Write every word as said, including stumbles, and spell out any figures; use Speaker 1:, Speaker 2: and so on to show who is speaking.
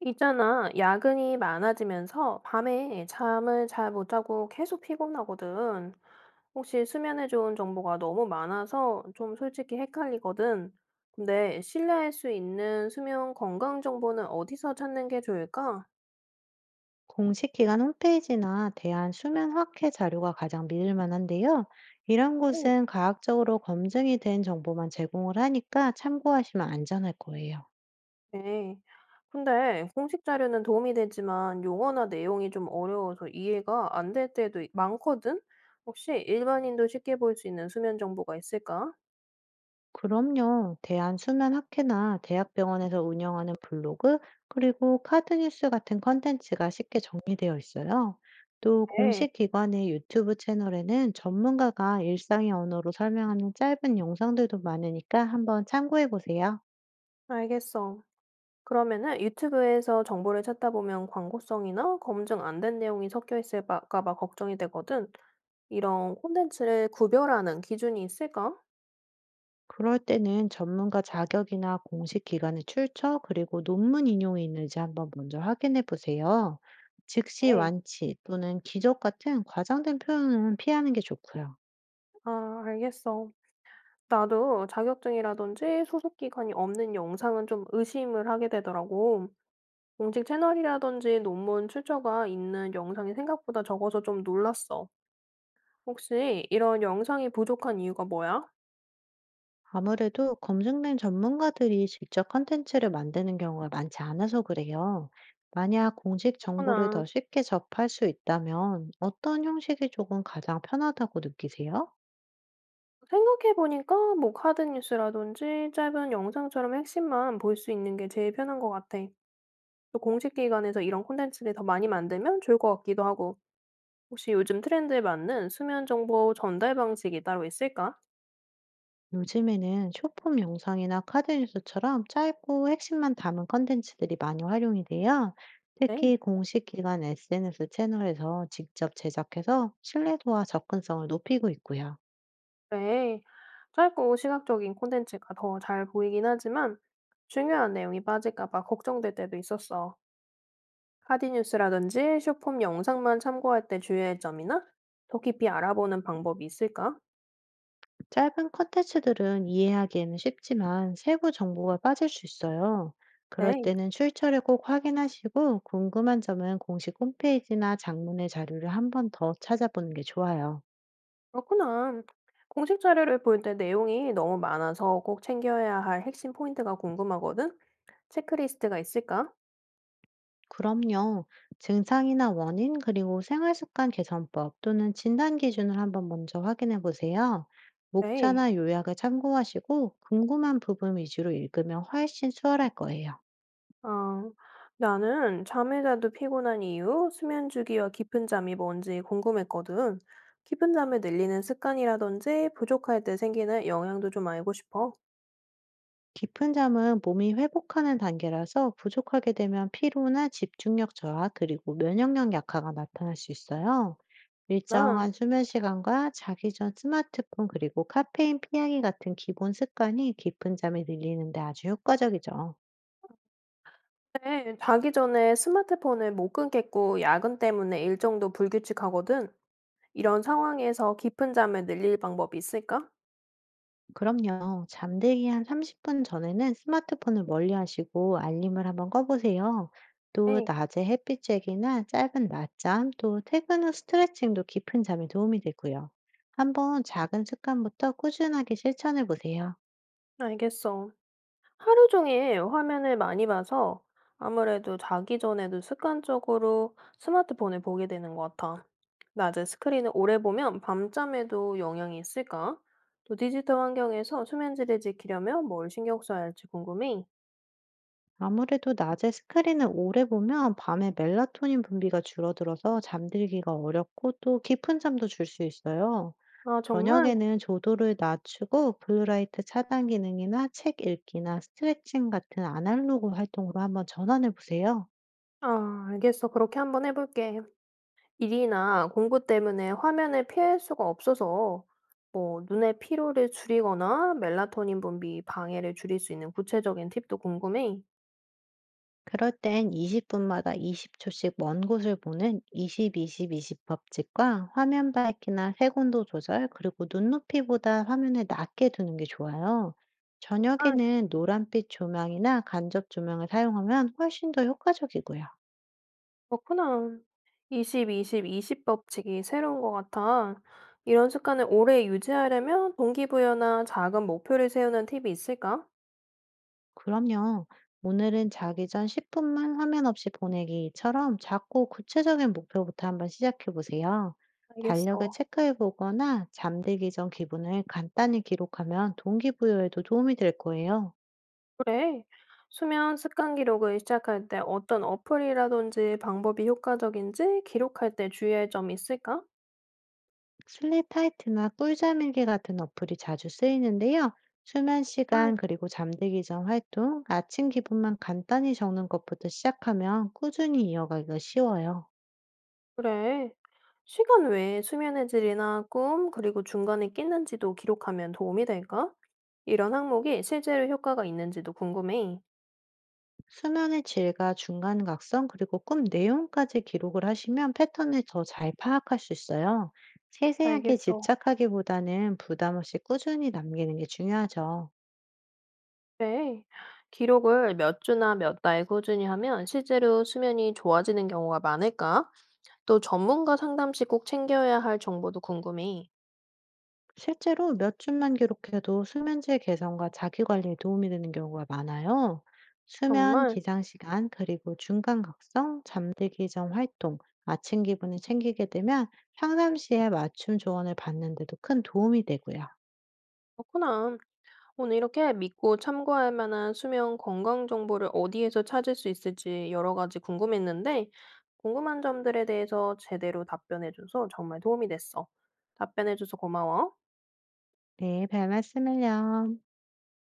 Speaker 1: 있잖아, 야근이 많아지면서 밤에 잠을 잘 못 자고 계속 피곤하거든. 혹시 수면에 좋은 정보가 너무 많아서 좀 솔직히 헷갈리거든. 근데 신뢰할 수 있는 수면 건강 정보는 어디서 찾는 게 좋을까?
Speaker 2: 공식 기관 홈페이지나 대한수면학회 자료가 가장 믿을 만한데요. 이런
Speaker 1: 네.
Speaker 2: 곳은 과학적으로 검증이 된 정보만 제공을 하니까 참고하시면 안전할 거예요.
Speaker 1: 네. 근데 공식 자료는 도움이 되지만 용어나 내용이 좀 어려워서 이해가 안 될 때도 많거든? 혹시 일반인도 쉽게 볼 수 있는 수면 정보가 있을까?
Speaker 2: 그럼요. 대한수면학회나 대학병원에서 운영하는 블로그, 그리고 카드뉴스 같은 컨텐츠가 쉽게 정리되어 있어요. 또
Speaker 1: 네,
Speaker 2: 공식 기관의 유튜브 채널에는 전문가가 일상의 언어로 설명하는 짧은 영상들도 많으니까 한번 참고해 보세요.
Speaker 1: 알겠어. 그러면은 유튜브에서 정보를 찾다 보면 광고성이나 검증 안된 내용이 섞여 있을까 봐 걱정이 되거든. 이런 콘텐츠를 구별하는 기준이 있을까?
Speaker 2: 그럴 때는 전문가 자격이나 공식 기관의 출처, 그리고 논문 인용이 있는지 한번 먼저 확인해 보세요. 즉시
Speaker 1: 네.
Speaker 2: 완치 또는 기적 같은 과장된 표현은 피하는 게 좋고요.
Speaker 1: 아, 알겠어. 나도 자격증이라든지 소속 기관이 없는 영상은 좀 의심을 하게 되더라고. 공식 채널이라든지 논문 출처가 있는 영상이 생각보다 적어서 좀 놀랐어. 혹시 이런 영상이 부족한 이유가 뭐야?
Speaker 2: 아무래도 검증된 전문가들이 직접 컨텐츠를 만드는 경우가 많지 않아서 그래요. 만약 공식 정보를
Speaker 1: 그렇구나.
Speaker 2: 더 쉽게 접할 수 있다면 어떤 형식이 조금 가장 편하다고 느끼세요?
Speaker 1: 생각해 보니까 뭐 카드 뉴스라든지 짧은 영상처럼 핵심만 볼 수 있는 게 제일 편한 것 같아. 또 공식 기관에서 이런 콘텐츠를 더 많이 만들면 좋을 것 같기도 하고. 혹시 요즘 트렌드에 맞는 수면 정보 전달 방식이 따로 있을까?
Speaker 2: 요즘에는 쇼폼 영상이나 카드 뉴스처럼 짧고 핵심만 담은 컨텐츠들이 많이 활용이 돼요. 특히
Speaker 1: 에이,
Speaker 2: 공식 기관 에스엔에스 채널에서 직접 제작해서 신뢰도와 접근성을 높이고 있고요.
Speaker 1: 그래. 짧고 시각적인 콘텐츠가 더 잘 보이긴 하지만 중요한 내용이 빠질까 봐 걱정될 때도 있었어. 카드 뉴스라든지 쇼폼 영상만 참고할 때 주의할 점이나 더 깊이 알아보는 방법이 있을까?
Speaker 2: 짧은 컨텐츠들은 이해하기에는 쉽지만 세부 정보가 빠질 수 있어요. 그럴
Speaker 1: 네.
Speaker 2: 때는 출처를 꼭 확인하시고 궁금한 점은 공식 홈페이지나 장문의 자료를 한 번 더 찾아보는 게 좋아요.
Speaker 1: 그렇구나. 공식 자료를 볼 때 내용이 너무 많아서 꼭 챙겨야 할 핵심 포인트가 궁금하거든? 체크리스트가 있을까?
Speaker 2: 그럼요. 증상이나 원인, 그리고 생활습관 개선법 또는 진단 기준을 한번 먼저 확인해 보세요.
Speaker 1: 네.
Speaker 2: 목차나 요약을 참고하시고 궁금한 부분 위주로 읽으면 훨씬 수월할 거예요.
Speaker 1: 어, 나는 잠을 자도 피곤한 이유, 수면 주기와 깊은 잠이 뭔지 궁금했거든. 깊은 잠을 늘리는 습관이라든지 부족할 때 생기는 영향도 좀 알고 싶어.
Speaker 2: 깊은 잠은 몸이 회복하는 단계라서 부족하게 되면 피로나 집중력 저하, 그리고 면역력 약화가 나타날 수 있어요.
Speaker 1: 나
Speaker 2: 일정한 수면 시간과 자기 전 스마트폰, 그리고 카페인 피하기 같은 기본 습관이 깊은 잠을 늘리는데 아주 효과적이죠.
Speaker 1: 근데 자기 전에 스마트폰을 못 끊겠고 야근 때문에 일정도 불규칙하거든. 이런 상황에서 깊은 잠을 늘릴 방법이 있을까?
Speaker 2: 그럼요. 잠들기 한 삼십 분 전에는 스마트폰을 멀리 하시고 알림을 한번 꺼보세요. 또
Speaker 1: 네.
Speaker 2: 낮에 햇빛 쬐기나 짧은 낮잠, 또 퇴근 후 스트레칭도 깊은 잠에 도움이 되고요. 한번 작은 습관부터 꾸준하게 실천해 보세요.
Speaker 1: 알겠어. 하루 종일 화면을 많이 봐서 아무래도 자기 전에도 습관적으로 스마트폰을 보게 되는 것 같아. 낮에 스크린을 오래 보면 밤잠에도 영향이 있을까? 또 디지털 환경에서 수면질을 지키려면 뭘 신경 써야 할지 궁금해.
Speaker 2: 아무래도 낮에 스크린을 오래 보면 밤에 멜라토닌 분비가 줄어들어서 잠들기가 어렵고 또 깊은 잠도 줄 수 있어요.
Speaker 1: 아, 정말?
Speaker 2: 저녁에는 조도를 낮추고 블루라이트 차단 기능이나 책 읽기나 스트레칭 같은 아날로그 활동으로 한번 전환해 보세요.
Speaker 1: 아, 알겠어. 그렇게 한번 해볼게. 일이나 공부 때문에 화면을 피할 수가 없어서 뭐 눈의 피로를 줄이거나 멜라토닌 분비 방해를 줄일 수 있는 구체적인 팁도 궁금해.
Speaker 2: 그럴 땐 이십 분마다 이십 초씩 먼 곳을 보는 20-20-20 법칙과 화면 밝기나 색온도 조절, 그리고 눈높이보다 화면을 낮게 두는 게 좋아요.
Speaker 1: 아
Speaker 2: 저녁에는 노란빛 조명이나 간접 조명을 사용하면 훨씬 더 효과적이고요.
Speaker 1: 그렇구나. 이십, 이십, 이십 법칙이 새로운 것 같아. 이런 습관을 오래 유지하려면 동기부여나 작은 목표를 세우는 팁이 있을까?
Speaker 2: 그럼요. 오늘은 자기 전 십 분만 화면 없이 보내기처럼 작고 구체적인 목표부터 한번 시작해 보세요. 달력을
Speaker 1: 알겠어.
Speaker 2: 체크해 보거나 잠들기 전 기분을 간단히 기록하면 동기부여에도 도움이 될 거예요.
Speaker 1: 그래. 수면 습관 기록을 시작할 때 어떤 어플이라든지 방법이 효과적인지 기록할 때 주의할 점이 있을까?
Speaker 2: 슬립타이트나 꿀잠일기 같은 어플이 자주 쓰이는데요. 수면
Speaker 1: 아
Speaker 2: 시간 그리고 잠들기 전 활동, 아침 기분만 간단히 적는 것부터 시작하면 꾸준히 이어가기가 쉬워요.
Speaker 1: 그래. 시간 외에 수면의 질이나 꿈, 그리고 중간에 끼는지도 기록하면 도움이 될까? 이런 항목이 실제로 효과가 있는지도 궁금해.
Speaker 2: 수면의 질과 중간각성 그리고 꿈 내용까지 기록을 하시면 패턴을 더 잘 파악할 수 있어요. 세세하게
Speaker 1: 알겠어.
Speaker 2: 집착하기보다는 부담 없이 꾸준히 남기는 게 중요하죠.
Speaker 1: 네. 기록을 몇 주나 몇 달 꾸준히 하면 실제로 수면이 좋아지는 경우가 많을까? 또 전문가 상담 시 꼭 챙겨야 할 정보도 궁금해.
Speaker 2: 실제로 몇 줌만 기록해도 수면질 개선과 자기관리에 도움이 되는 경우가 많아요. 수면,
Speaker 1: 정말
Speaker 2: 기상시간, 그리고 중간각성, 잠들기 전 활동, 아침 기분을 챙기게 되면 평상시에 맞춤 조언을 받는데도 큰 도움이 되고요.
Speaker 1: 그렇구나. 오늘 이렇게 믿고 참고할 만한 수면 건강 정보를 어디에서 찾을 수 있을지 여러 가지 궁금했는데, 궁금한 점들에 대해서 제대로 답변해줘서 정말 도움이 됐어. 답변해줘서 고마워.
Speaker 2: 네, 별 말씀을요.